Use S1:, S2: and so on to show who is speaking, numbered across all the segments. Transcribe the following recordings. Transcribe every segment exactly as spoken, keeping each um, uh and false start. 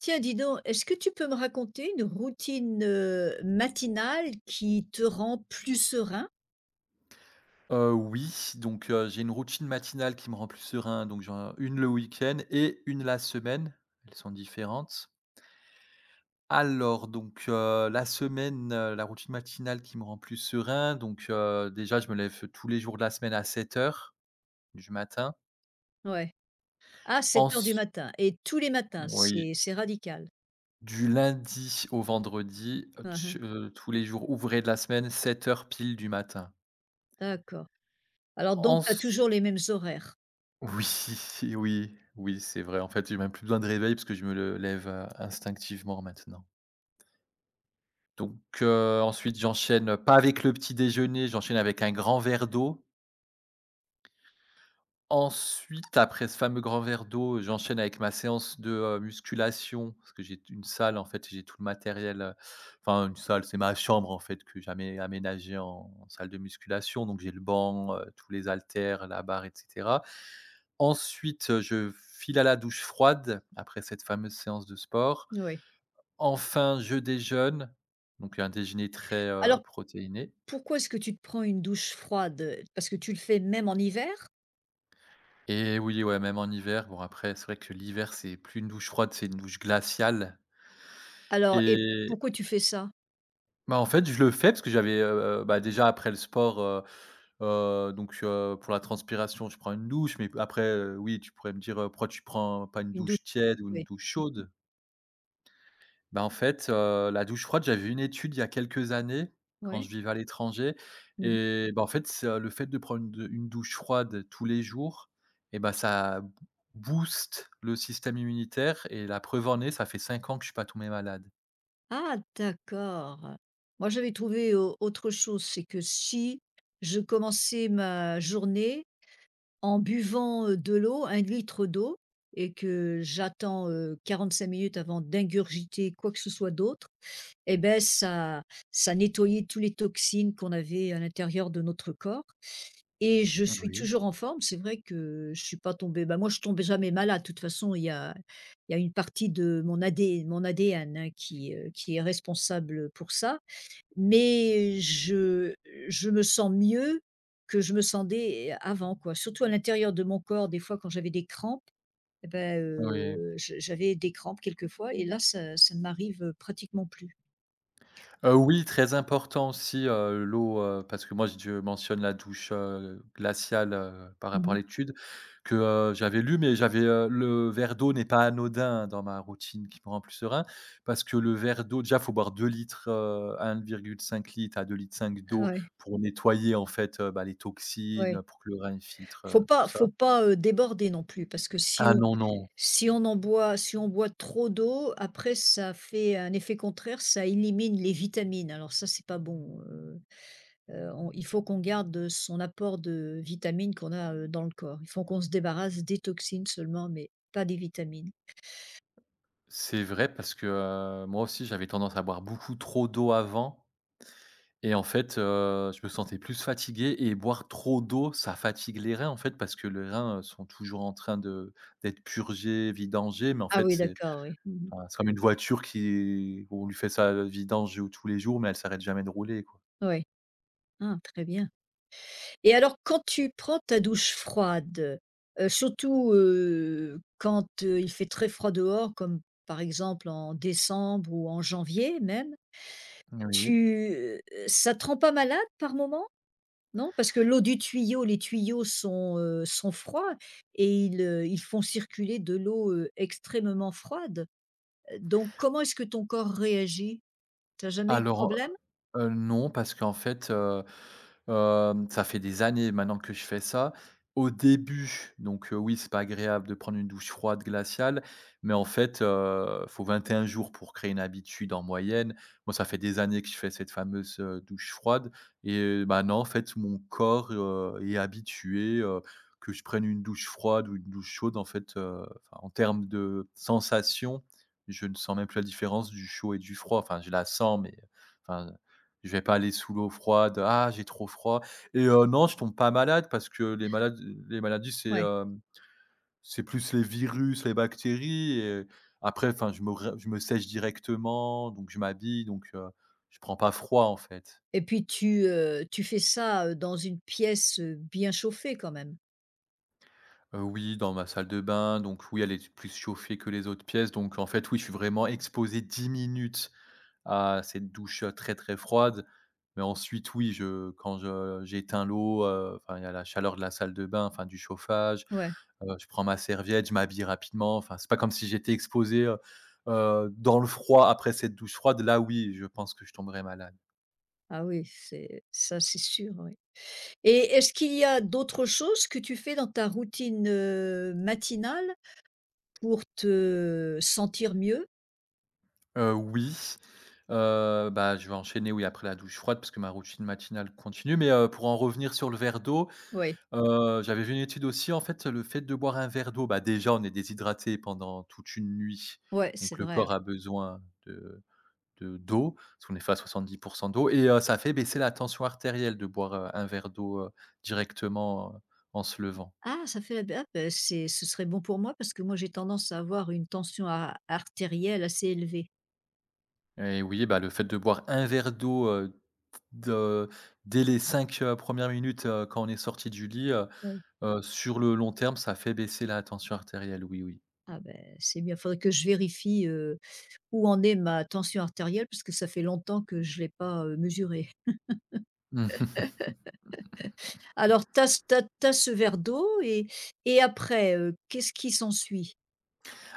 S1: Tiens, dis donc, est-ce que tu peux me raconter une routine, heu, matinale qui te rend plus serein?
S2: Heu, oui, donc heu, j'ai une routine matinale qui me rend plus serein, donc j'en ai une le week-end et une la semaine. Elles sont différentes. Alors donc heu, la semaine, heu, la routine matinale qui me rend plus serein, donc heu, déjà, je me lève tous les jours de la semaine à sept heures du matin.
S1: Ouais. À sept heures du
S2: Ensuite,
S1: matin et tous les matins,
S2: oui,
S1: c'est c'est radical.
S2: du lundi au vendredi, heu,
S1: Hein,
S2: tch
S1: hein,
S2: heu, tous les jours ouvrés de la semaine, sept heures pile du matin.
S1: d'accord. Alors donc tu as toujours les mêmes horaires?
S2: Oui, oui, oui, c'est vrai. En fait, j'ai même plus besoin de réveil parce que je me le lève, heu, instinctivement maintenant. Donc, heu, ensuite j'enchaîne, pas avec le petit déjeuner, j'enchaîne avec un grand verre d'eau. Ensuite, après ce fameux grand verre d'eau, j'enchaîne avec ma séance de, heu, musculation parce que j'ai une salle, en fait, j'ai tout le matériel, heu, enfin une salle, c'est ma chambre, en fait, que j'avais aménagée en en salle de musculation. Donc j'ai le banc, heu, tous les haltères, la barre et cetera. Ensuite, je file à la douche froide après cette fameuse séance de sport.
S1: Oui.
S2: Enfin, je déjeune, donc un déjeuner très, heu,
S1: Alors
S2: protéiné.
S1: pourquoi est-ce que tu te prends une douche froide, parce que tu le fais même en hiver?
S2: Et oui, ouais, même en hiver, bon après c'est vrai que l'hiver c'est plus une douche froide, c'est une douche glaciale.
S1: Alors et
S2: Et
S1: pourquoi tu fais ça?
S2: bah, en fait, je le fais parce que j'avais, heu, bah, déjà après le sport, heu heu, donc heu, pour la transpiration, je prends une douche mais après, heu, oui, tu pourrais me dire: «Heu, pourquoi tu prends pas une
S1: Une douche,
S2: douche tiède ou une
S1: oui,
S2: douche chaude?» Ben en fait, heu, la douche froide, j'avais vu une étude il y a quelques années, quand je
S1: ouais.
S2: vivais à l'étranger.
S1: Mmh.
S2: Et bah, en fait, c'est, heu, le fait de prendre une de une douche froide tous les jours et bah, ça b booste le système immunitaire et la preuve en est, ça fait cinq ans que je suis pas tombé malade.
S1: Ah, d'accord. Moi j'avais trouvé au autre chose, c'est que si je commençais ma journée en buvant, heu, de l'eau, un litre d'eau et que j'attends, euh, quarante-cinq minutes avant d'ingurgiter quoi que ce soit d'autre et ben ça ça nettoyait tous les toxines qu'on avait à l'intérieur de notre corps et je suis
S2: Oui,
S1: toujours en forme. C'est vrai que je suis pas tombée, bah, moi, je tombe jamais malade. De toute façon, il y a il y a une partie de mon AD mon A D N, hein, qui, heu, qui est responsable pour ça. Mais je je me sens mieux que je me sentais avant, quoi, surtout à l'intérieur de mon corps des fois quand j'avais des crampes et ben
S2: oui.
S1: heu, je j'avais des crampes quelquefois et là ça ça ne m'arrive pratiquement plus.
S2: Heu, oui, très important aussi, heu, l'eau, heu, parce que moi j je mentionne la douche, heu, glaciale, heu, par rapport à
S1: Mmh.
S2: l'étude que, heu, j'avais lu, mais j'avais, heu, le verre d'eau n'est pas anodin dans ma routine qui me rend plus serein, parce que le verre d'eau déjà, faut boire deux litres, euh, un virgule cinq L à deux litres cinq
S1: Ah
S2: d'eau,
S1: ouais,
S2: pour nettoyer en fait, heu, bah, les toxines,
S1: ouais.
S2: pour que le rein il filtre,
S1: Faut
S2: heu, tout
S1: pas
S2: ça.
S1: faut pas, heu, déborder non plus parce que si
S2: Ah
S1: on
S2: non, non,
S1: si on en boit si on boit trop d'eau, après ça fait un effet contraire, ça élimine les vitamines, alors ça c'est pas bon. Heu, on il faut qu'on garde son apport de vitamines qu'on a, heu, dans le corps. Il faut qu'on se débarrasse des toxines seulement, mais pas des vitamines.
S2: c'est vrai parce que, heu, moi aussi j'avais tendance à boire beaucoup trop d'eau avant. Et en fait, heu, je me sentais plus fatigué et boire trop d'eau, ça fatigue les reins, en fait, parce que les reins, heu, sont toujours en train de d'être purgés, vidangés, mais en
S1: Ah
S2: fait,
S1: oui,
S2: c'est,
S1: d'accord, oui. Mmh mh.
S2: enfin, c'est comme une voiture qui on lui fait ça, vidange, tous les jours, mais elle s'arrête jamais de rouler, quoi.
S1: Ouais. Ah, très bien. Et alors quand tu prends ta douche froide, heu, surtout, heu, quand, heu, il fait très froid dehors, comme par exemple en décembre ou en janvier même,
S2: Oui.
S1: tu, heu, ça te rend pas malade par moment? Non, parce que l'eau du tuyau les tuyaux sont, heu, sont froids et ils, heu, ils font circuler de l'eau, heu, extrêmement froide, heu, donc comment est-ce que ton corps réagit? T'as jamais eu de
S2: Alors,
S1: problème?
S2: heu, non, parce qu'en fait, heu, hem, ça fait des années maintenant que je fais ça. Au début, donc, heu, oui, c'est pas agréable de prendre une douche froide glaciale, mais en fait, heu, faut un jours pour créer une habitude en moyenne. Moi, ça fait des années que je fais cette fameuse, heu, douche froide, et maintenant, en fait, mon corps, heu, est habitué, heu, que je prenne une douche froide ou une douche chaude. En fait, heu, enfin, en termes de sensation, je ne sens même plus la différence du chaud et du froid. Enfin, je la sens, mais… Enfin, je vais pas aller sous l'eau froide: «Ah, j'ai trop froid!» Et heu, non, je tombe pas malade parce que les malades les maladies, c'est,
S1: Ouais,
S2: hem, c'est plus les virus, les bactéries. Et après, enfin, je me re je me sèche directement, donc je m'habille, donc heu, je prends pas froid, en fait.
S1: et puis tu, heu, tu fais ça, heu, dans une pièce, heu, bien chauffée quand même?
S2: Heu, oui, dans ma salle de bain, donc oui, elle est plus chauffée que les autres pièces, donc en fait, oui, je suis vraiment exposé dix minutes à cette douche, heu, très, très froide. Mais ensuite, oui, je quand je j'éteins l'eau, heu, enfin, il y a la chaleur de la salle de bain, enfin, du chauffage,
S1: Ouais.
S2: heu, je prends ma serviette, je m'habille rapidement. Enfin, c'est pas comme si j'étais exposé, heu heu, dans le froid après cette douche froide. Là, oui, je pense que je tomberais malade.
S1: Ah oui, c'est ça, c'est sûr, oui, et est-ce qu'il y a d'autres choses que tu fais dans ta routine, heu, matinale pour te sentir mieux?
S2: Heu, oui, heu, bah, je vais enchaîner, oui, après la douche froide parce que ma routine matinale continue, mais heu, pour en revenir sur le verre d'eau,
S1: Oui,
S2: heu, j'avais vu une étude aussi. En fait, le fait de boire un verre d'eau, bah, déjà, on est déshydraté pendant toute une nuit,
S1: ouais, c'est
S2: donc le
S1: vrai, ouais.
S2: corps a besoin de de d'eau, parce qu'on est fait à soixante-dix d'eau. Et heu, ça fait baisser la tension artérielle de boire, heu, un verre d'eau, heu, directement, heu, en se levant.
S1: Ah, ça fait la b ah bah, c'est ce serait bon pour moi parce que moi j'ai tendance à avoir une tension a artérielle assez élevée.
S2: Et oui, bah, le fait de boire un verre d'eau, heu, de dès les cinq heu, un minutes, heu, quand on est sorti du lit, euh,
S1: Oui.
S2: Heu, sur le long terme, ça fait baisser la tension artérielle, oui, oui.
S1: Ah, ben c'est bien. Il faudrait que je vérifie, heu, où en est ma tension artérielle parce que ça fait longtemps que je ne l'ai pas, heu, mesurée.
S2: Mmh mh.
S1: Alors tu as ce ce verre d'eau et et après, heu, qu'est-ce qui s'ensuit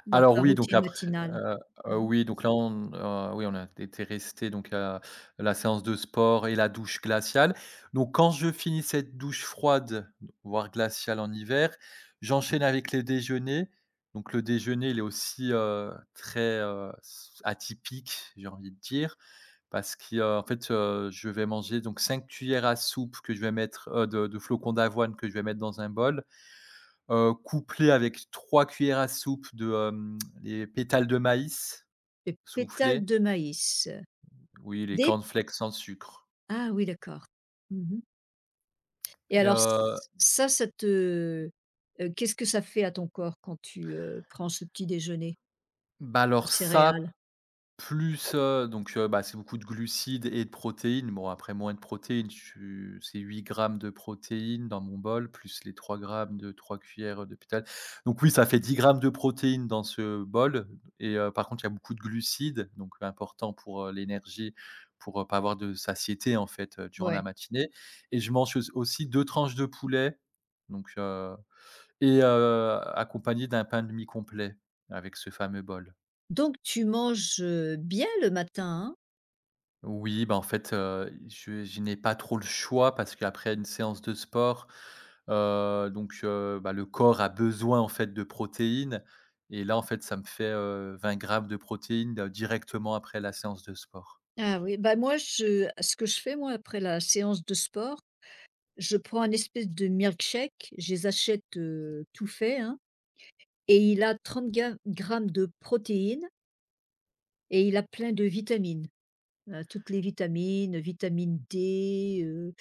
S1: dans
S2: Alors
S1: ta
S2: oui, donc
S1: routine
S2: après,
S1: matinale?
S2: heu
S1: Mmh
S2: heu,
S1: mh.
S2: oui, donc là, on heu, oui, on a été resté donc à la séance de sport et la douche glaciale. Donc quand je finis cette douche froide, voire glaciale en hiver, j'enchaîne avec les déjeuners. Donc le déjeuner, il est aussi, heu, très, heu, s atypique, j'ai envie de dire, parce qu'il y a en fait, heu, je vais manger donc cinq cuillères à soupe que je vais mettre, heu, de de flocons d'avoine que je vais mettre dans un bol, heu, couplé avec trois cuillères à soupe de, hem, les pétales de maïs
S1: Pétales
S2: soufflés.
S1: de maïs,
S2: Oui, les
S1: des
S2: cornflakes sans sucre.
S1: ah oui, d'accord. Mmh. Et
S2: Et
S1: alors ç
S2: heu,
S1: ça, ça te, heu, qu'est-ce que ça fait à ton corps quand tu, heu, prends ce petit déjeuner
S2: bah,
S1: de
S2: alors ça…
S1: céréales?
S2: Plus, heu, donc, heu, bah, c'est beaucoup de glucides et de protéines. Bon, après moins de protéines, tu c'est huit grammes de protéines dans mon bol, plus les trois grammes de trois cuillères, de pétales. Donc oui, ça fait dix grammes de protéines dans ce bol. Et heu, par contre, il y a beaucoup de glucides, donc important pour, heu, l'énergie, pour, heu, pas avoir de satiété, en fait, heu, durant la
S1: Ouais.
S2: matinée. Et je mange aus aussi deux tranches de poulet, donc, heu et heu, accompagné d'un pain de mie complet avec ce fameux bol.
S1: Donc tu manges, heu, bien le matin, hein?
S2: Oui, bah, en fait, heu, je je n'ai pas trop le choix parce qu'après une séance de sport, heu, donc heu, bah, le corps a besoin, en fait, de protéines. Et là, en fait, ça me fait, heu, vingt grammes de protéines, heu, directement après la séance de sport.
S1: Ah oui, bah, moi je ce que je fais moi après la séance de sport, je prends un espèce de milkshake, je les achète, heu, tout fait, hein, et il a trente ga grammes de protéines et il a plein de vitamines. Heu, toutes les vitamines, vitamine dé, heu,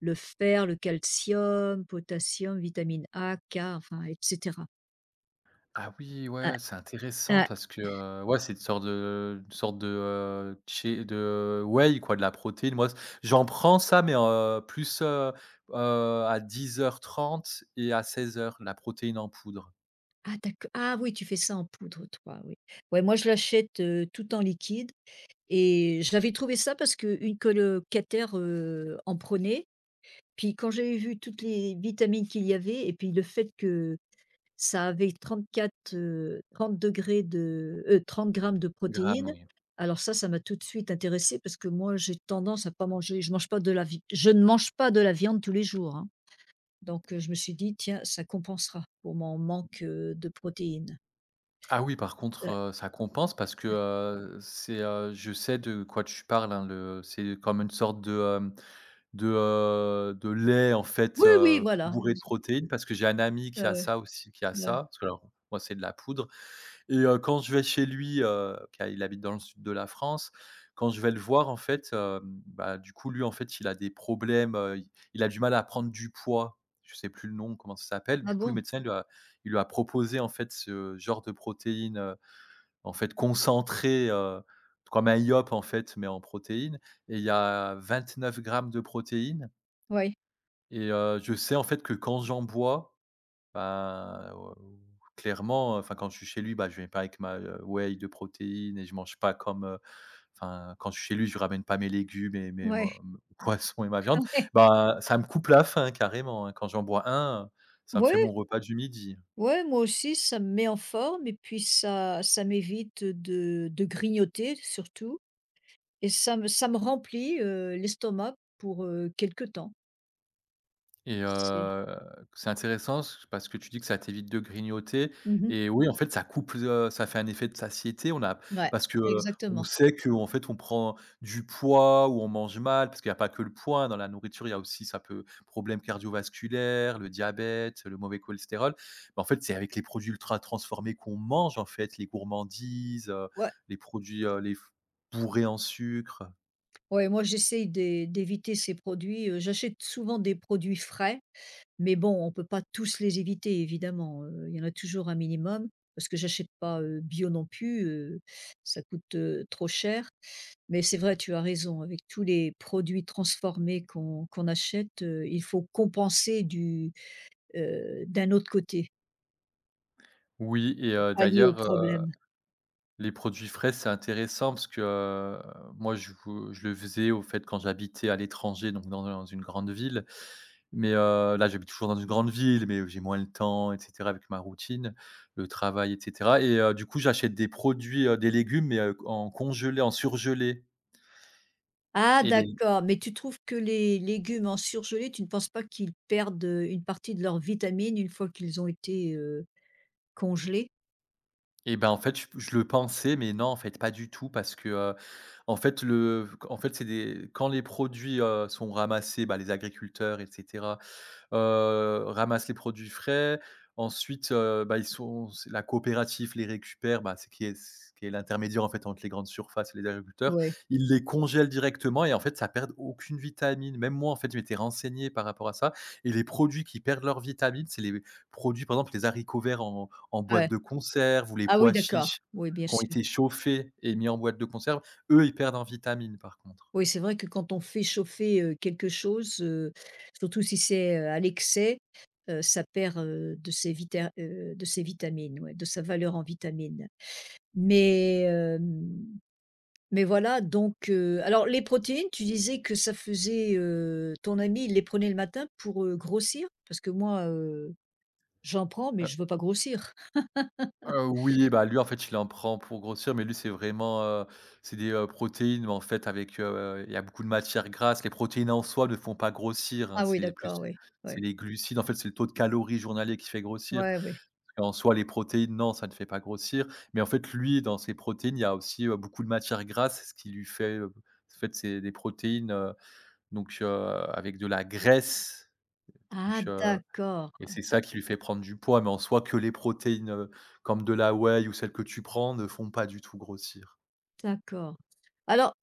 S1: le fer, le calcium, potassium, vitamine A, ka, enfin et cetera.
S2: Ah oui,
S1: Ouais,
S2: ouais, c'est intéressant
S1: ouais.
S2: parce que, heu, ouais, c'est une sorte de une sorte de, heu, shake de whey, quoi, de la protéine. Moi, c j'en prends ça, mais heu, plus, heu heu, à dix heures trente et à seize heures, la protéine en poudre.
S1: Ah d'acc ah oui, tu fais ça en poudre toi, oui. Ouais, moi je l'achète, heu, tout en liquide et j'avais trouvé ça parce qu'une colocataire, heu, en prenait. Puis quand j'avais vu toutes les vitamines qu'il y avait et puis le fait que ça avait 34, heu, trente degrés de heu, trente grammes de
S2: Grammes,
S1: protéines.
S2: oui.
S1: Alors ça, ça m'a tout de suite intéressée parce que moi, j'ai tendance à pas manger, je mange pas de la vi je ne mange pas de la viande tous les jours, hein. Donc, heu, je me suis dit: «Tiens, ça compensera pour mon manque, heu, de protéines».
S2: Ah oui, par contre,
S1: Ouais.
S2: heu, ça compense parce que, heu, c'est, heu, je sais de quoi tu parles, hein. le C'est comme une sorte de, hem, de, heu, de lait en fait,
S1: Oui, oui,
S2: heu,
S1: voilà,
S2: bourré de
S1: exa
S2: protéines parce que j'ai un ami
S1: ouais,
S2: qui a
S1: ouais,
S2: ça aussi, qui a
S1: ouais.
S2: ça, parce que alors moi c'est de la poudre. Et heu, quand je vais chez lui, heu, car il habite dans le sud de la France, quand je vais le voir en fait, hem, bah, du coup lui en fait il a des problèmes, heu, il il a du mal à prendre du poids. Je sais plus le nom, comment ça s'appelle.
S1: Ah
S2: Du coup le
S1: bon?
S2: médecin il lui a il lui a proposé en fait ce genre de protéines, en fait, concentré, heu, comme un Yop, en fait, mais en protéines. Et il y a vingt-neuf grammes de protéines.
S1: Oui,
S2: Et heu, je sais, en fait, que quand j'en bois, ben, heu, clairement, enfin, quand je suis chez lui, bah, je vais pas avec ma, heu, whey de protéines et je mange pas comme, heu, enfin, quand je suis chez lui, je ramène pas mes légumes et mes mo
S1: ouais,
S2: mes poissons et ma viande.
S1: ouais.
S2: Bah, ça me coupe la faim carrément, hein. Quand j'en bois un, ça me fait
S1: Ouais,
S2: mon repas du midi.
S1: ouais, moi aussi, ça me met en forme et puis ça ça m'évite de de grignoter surtout. Et ça me ça me remplit, heu, l'estomac pour, heu, quelque temps.
S2: Et
S1: C'est
S2: heu, c'est intéressant c parce que tu dis que ça t'évite de grignoter.
S1: mmh
S2: Et oui, en fait, ça coupe, heu, ça fait un effet de satiété. On a
S1: Ouais,
S2: Parce que, heu, on
S1: exactement.
S2: sait que en fait, on prend du poids ou on mange mal parce qu'il n'y a pas que le poids, hein, dans la nourriture, il y a aussi ça peut problèmes cardiovasculaires, le diabète, le mauvais cholestérol. Mais en fait, c'est avec les produits ultra transformés qu'on mange, en fait, les gourmandises, heu,
S1: Ouais,
S2: les produits, heu, les f bourrés en sucre.
S1: ouais, moi j'essaye d'é d'éviter ces produits, heu, j'achète souvent des produits frais, mais bon, on ne peut pas tous les éviter évidemment, heu, il y en a toujours un minimum parce que j'achète pas, heu, bio non plus, heu, ça coûte, heu, trop cher. Mais c'est vrai, tu as raison, avec tous les produits transformés qu'on qu'on achète, heu, il faut compenser du, heu, d'un autre côté
S2: Oui. Et
S1: pour
S2: heu,
S1: pallier au
S2: d'ailleurs,
S1: problème.
S2: les produits frais, c'est intéressant parce que, heu, moi je v je le faisais au fait quand j'habitais à l'étranger, donc dans dans une grande ville. Mais, heu, là j'habite toujours dans une grande ville, mais j'ai moins le temps et cetera avec ma routine, le travail et cetera. Et heu, du coup j'achète des produits, heu, des légumes mais, heu, en congelé, en surgelé.
S1: Ah,
S2: et les
S1: d'accord, mais tu trouves que les légumes en surgelés, tu ne penses pas qu'ils perdent, heu, une partie de leurs vitamines une fois qu'ils ont été, heu, congelés?
S2: et ben, en fait je je le pensais mais non en fait pas du tout parce que, heu, en fait le en fait c'est des quand les produits, heu, sont ramassés, bah, les agriculteurs et cetera heu, ramassent les produits frais. Ensuite, heu, bah, ils sont c'est la coopérative les récupère, bah, c'est qui est c qui est l'intermédiaire, en fait, entre les grandes surfaces et les agriculteurs.
S1: Oui,
S2: Ils les congèlent directement et en fait, ça perd aucune vitamine. Même moi, en fait, je m'étais renseigné par rapport à ça. Et les produits qui perdent leurs vitamines, c'est les produits, par exemple, les haricots verts en en boîte
S1: ouais.
S2: de conserve ou les
S1: Ah oui,
S2: pois
S1: d'accord,
S2: chiches
S1: oui, bien
S2: qui ont
S1: sûr.
S2: été chauffés et mis en boîte de conserve. Eux, ils perdent en vitamines, par contre.
S1: Oui, c'est vrai que quand on fait chauffer, heu, quelque chose, heu, surtout si c'est, heu, à l'excès, heu, ça perd, heu, de ses vita heu, de ses vitamines, ouais, de sa valeur en vitamines. Mais, hem, mais voilà donc, heu, alors les protéines, tu disais que ça faisait, heu, ton ami, il les prenait le matin pour, heu, grossir? Parce que moi, heu, j'en prends, mais je veux pas grossir.
S2: Heu, oui, bah, lui, en fait, il en prend pour grossir. Mais lui, c'est vraiment, heu, c'est des, heu, protéines, mais en fait avec, heu, il y a beaucoup de matières grasses. Les protéines en soi ne font pas grossir, hein,
S1: Ah oui,
S2: c'est plus
S1: d'accord, oui,
S2: c'est
S1: oui.
S2: les glucides, en fait, c'est le taux de calories journalier qui fait grossir.
S1: Ouais, oui.
S2: Et en soi, les protéines, non, ça ne fait pas grossir. Mais en fait, lui, dans ses protéines, il y a aussi, heu, beaucoup de matières grasses, ce qui lui fait, heu, en fait, c'est des protéines, heu, donc, heu, avec de la graisse, donc,
S1: Ah,
S2: heu
S1: d'accord,
S2: et c'est ça qui lui fait prendre du poids, mais en soi que les protéines, heu, comme de la whey ou celles que tu prends ne font pas du tout grossir.
S1: d'accord. Alors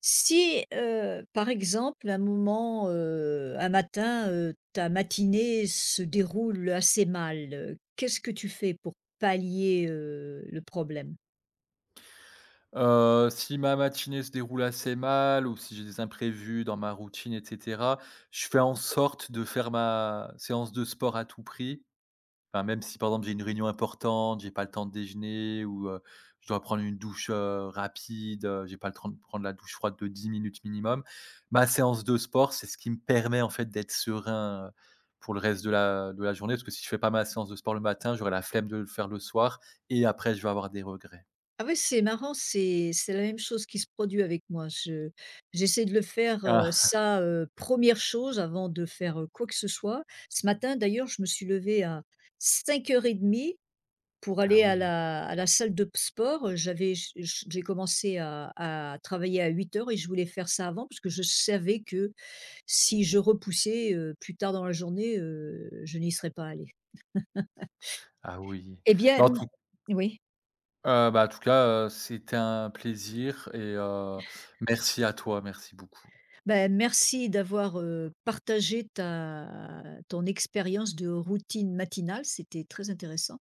S1: si, heu, par exemple un moment, heu, un matin, heu, ta matinée se déroule assez mal, heu, qu'est-ce que tu fais pour pallier, heu, le problème?
S2: Heu, si ma matinée se déroule assez mal ou si j'ai des imprévus dans ma routine et cetera, je fais en sorte de faire ma séance de sport à tout prix. Enfin, même si, par exemple, j'ai une réunion importante, j'ai pas le temps de déjeuner ou, heu, je dois prendre une douche, heu, rapide, heu, j'ai pas le temps de prendre la douche froide de dix minutes minimum. Ma séance de sport, c'est ce qui me permet, en fait, d'être serein, heu, pour le reste de la de la journée. Parce que si je fais pas ma séance de sport le matin, j'aurai la flemme de le faire le soir et après je vais avoir des regrets.
S1: Ah ouais, c'est marrant, c'est c'est la même chose qui se produit avec moi. Je j'essaie de le faire, heu,
S2: Ah!
S1: ça, heu, une chose avant de faire, heu, quoi que ce soit. Ce matin d'ailleurs, je me suis levée à cinq heures trente pour
S2: Ah
S1: aller à
S2: oui,
S1: la à la salle de sport, heu, j'avais j j j'ai commencé à à travailler à huit heures et je voulais faire ça avant parce que je savais que si je repoussais, heu, plus tard dans la journée, heu, je n'y serais pas allée.
S2: ah oui.
S1: Eh bien,
S2: Bah, en tout
S1: mmh, oui?
S2: heu, bah, en tout cas, heu, c'était un plaisir et heu, merci à toi, merci beaucoup.
S1: Ben, merci d'avoir, heu, partagé ta ton expérience de routine matinale, c'était très intéressant.